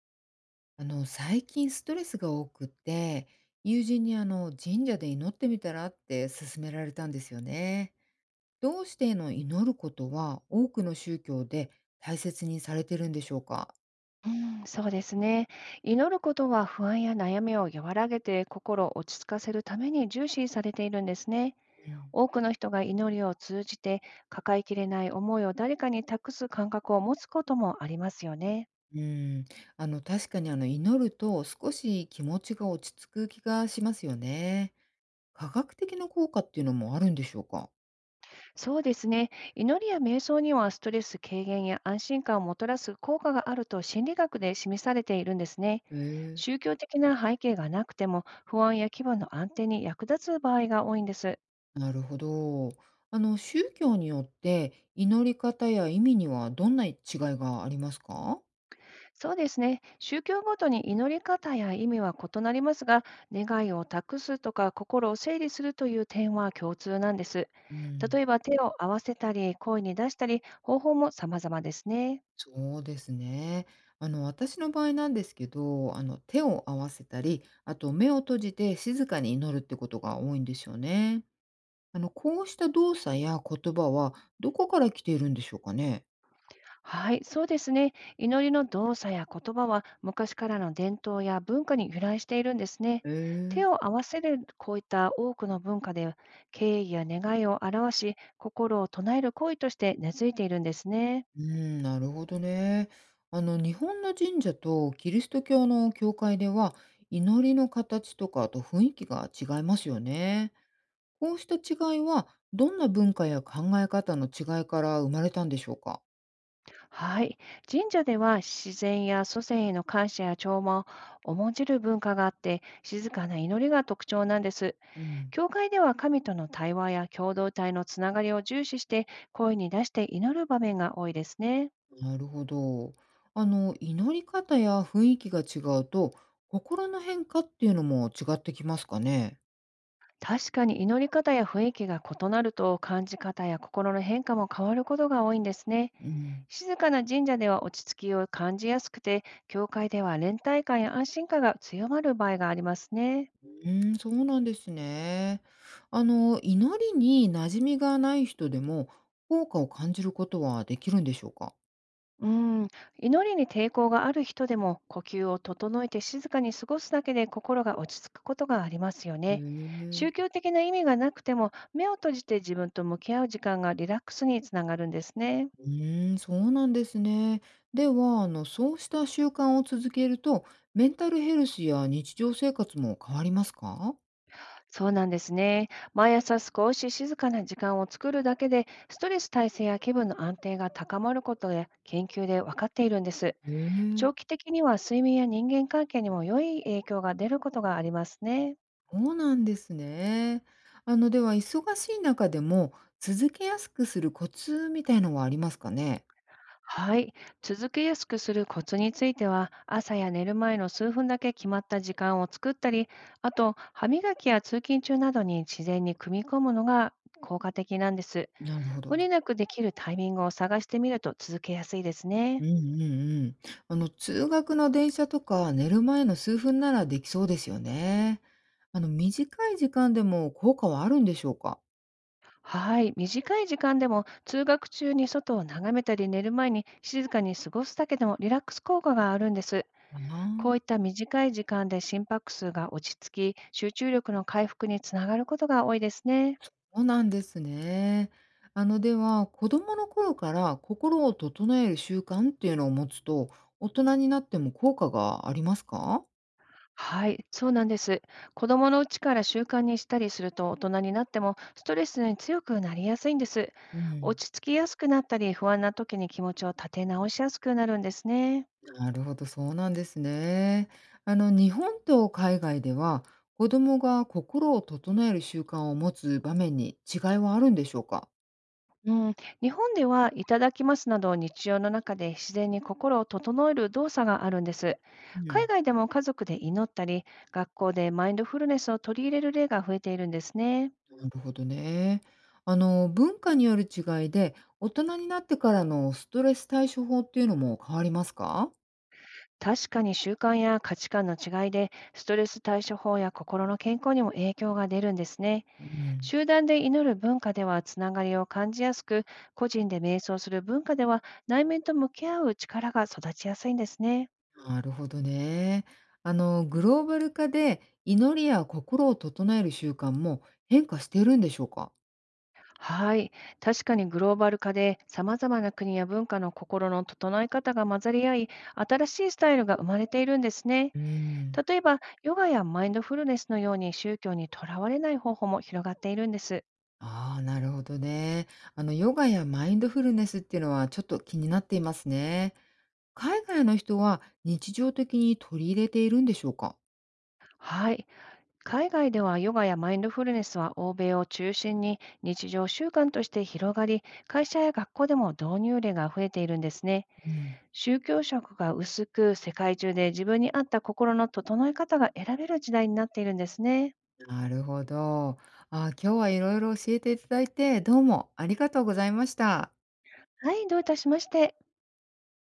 最近ストレスが多くて、友人に神社で祈ってみたらって勧められたんですよね。どうしての祈ることは多くの宗教で大切にされてるんでしょうか？うん、そうですね。祈ることは不安や悩みを和らげて心を落ち着かせるために重視されているんですね。うん、多くの人が祈りを通じて抱えきれない思いを誰かに託す感覚を持つこともありますよね。うん、確かに祈ると少し気持ちが落ち着く気がしますよね。科学的な効果っていうのもあるんでしょうか？そうですね。祈りや瞑想にはストレス軽減や安心感をもたらす効果があると心理学で示されているんですね。へえ、宗教的な背景がなくても、不安や気分の安定に役立つ場合が多いんです。なるほど。宗教によって祈り方や意味にはどんな違いがありますか？そうですね。宗教ごとに祈り方や意味は異なりますが、願いを託すとか心を整理するという点は共通なんです。う例ん、えば、手を合わせたり、声に出したり、方法も様々ですね。そうですね。私の場合なんですけど、手を合わせたり、あと目を閉じて静かに祈るってことが多いんですよね。こうした動作や言葉はどこから来ているんでしょうかね。はい、そうですね。祈りの動作や言葉は昔からの伝統や文化に由来しているんですね。へ手え、を合わせるこういった多くの文化で、敬意や願いを表し、心を唱える行為として根付いているんですね。うん、なるほどね。日本の神社とキリスト教の教会では、祈りの形とか、あと雰囲気が違いますよね。こうした違いは、どんな文化や考え方の違いから生まれたんでしょうか。はい。神社では自然や祖先への感謝や弔問を重んじる文化があって、静かな祈りが特徴なんです。うん、教会では神との対話や共同体のつながりを重視して、声に出して祈る場面が多いですね。なるほど。祈り方や雰囲気が違うと、心の変化っていうのも違ってきますかね。確かに、祈り方や雰囲気が異なると、感じ方や心の変化も変わることが多いんですね。うん。静かな神社では落ち着きを感じやすくて、教会では連帯感や安心感が強まる場合がありますね。うん、そうなんですね。祈りに馴染みがない人でも、効果を感じることはできるんでしょうか？うん、祈りに抵抗がある人でも、呼吸を整えて静かに過ごすだけで心が落ち着くことがありますよへね。宗え。教的な意味がなくても、目を閉じて自分と向き合う時間がリラックスにつながるんですね。うーん、そうなんですね。では、そうした習慣を続けると、メンタルヘルスや日常生活も変わりますか？そうなんですね。毎朝少し静かな時間を作るだけで、ストレス耐性や気分の安定が高まることや研究で分かっているんです。へえ。長期的には睡眠や人間関係にも良い影響が出ることがありますね。そうなんですね。では忙しい中でも続けやすくするコツみたいのはありますかね？はい。続けやすくするコツについては、朝や寝る前の数分だけ決まった時間を作ったり、あと、歯磨きや通勤中などに自然に組み込むのが効果的なんです。なるほ無ど。理なくできるタイミングを探してみると続けやすいですうね。んうんうん。通学の電車とか寝る前の数分ならできそうですよね。短い時間でも効果はあるんでしょうか？はい。短い時間でも、通学中に外を眺めたり、寝る前に静かに過ごすだけでもリラックス効果があるんです。あこあ。ういった短い時間で心拍数が落ち着き、集中力の回復につながることが多いですね。そうなんですね。では、子供の頃から心を整える習慣っていうのを持つと、大人になっても効果がありますか？はい、そうなんです。子供のうちから習慣にしたりすると、大人になってもストレスに強くなりやすいんです。うん。落ち着きやすくなったり、不安な時に気持ちを立て直しやすくなるんですね。なるほど、そうなんですね。日本と海外では、子供が心を整える習慣を持つ場面に違いはあるんでしょうか？うん、日本ではいただきますなど、日常の中で自然に心を整える動作があるんです。う海ん、外でも家族で祈ったり、学校でマインドフルネスを取り入れる例が増えているんですね。なるほどね。文化による違いで、大人になってからのストレス対処法っていうのも変わりますか？確かに、習慣や価値観の違いで、ストレス対処法や心の健康にも影響が出るんですね。うん、集団で祈る文化ではつながりを感じやすく、個人で瞑想する文化では内面と向き合う力が育ちやすいんですね。なるほどね。グローバル化で、祈りや心を整える習慣も変化しているんでしょうか？はい。確かに、グローバル化で様々な国や文化の心の整え方が混ざり合い、新しいスタイルが生まれているんですね。うん。例えば、ヨガやマインドフルネスのように宗教にとらわれない方法も広がっているんです。ああ、なるほどね。ヨガやマインドフルネスっていうのはちょっと気になっていますね。海外の人は日常的に取り入れているんでしょうか？はい。海外ではヨガやマインドフルネスは欧米を中心に日常習慣として広がり、会社や学校でも導入例が増えているんですね。うん。宗教色が薄く、世界中で自分に合った心の整え方が選べる時代になっているんですね。なるほど。あー、今日はいろいろ教えていただいて、どうもありがとうございました。はい、どういたしまして。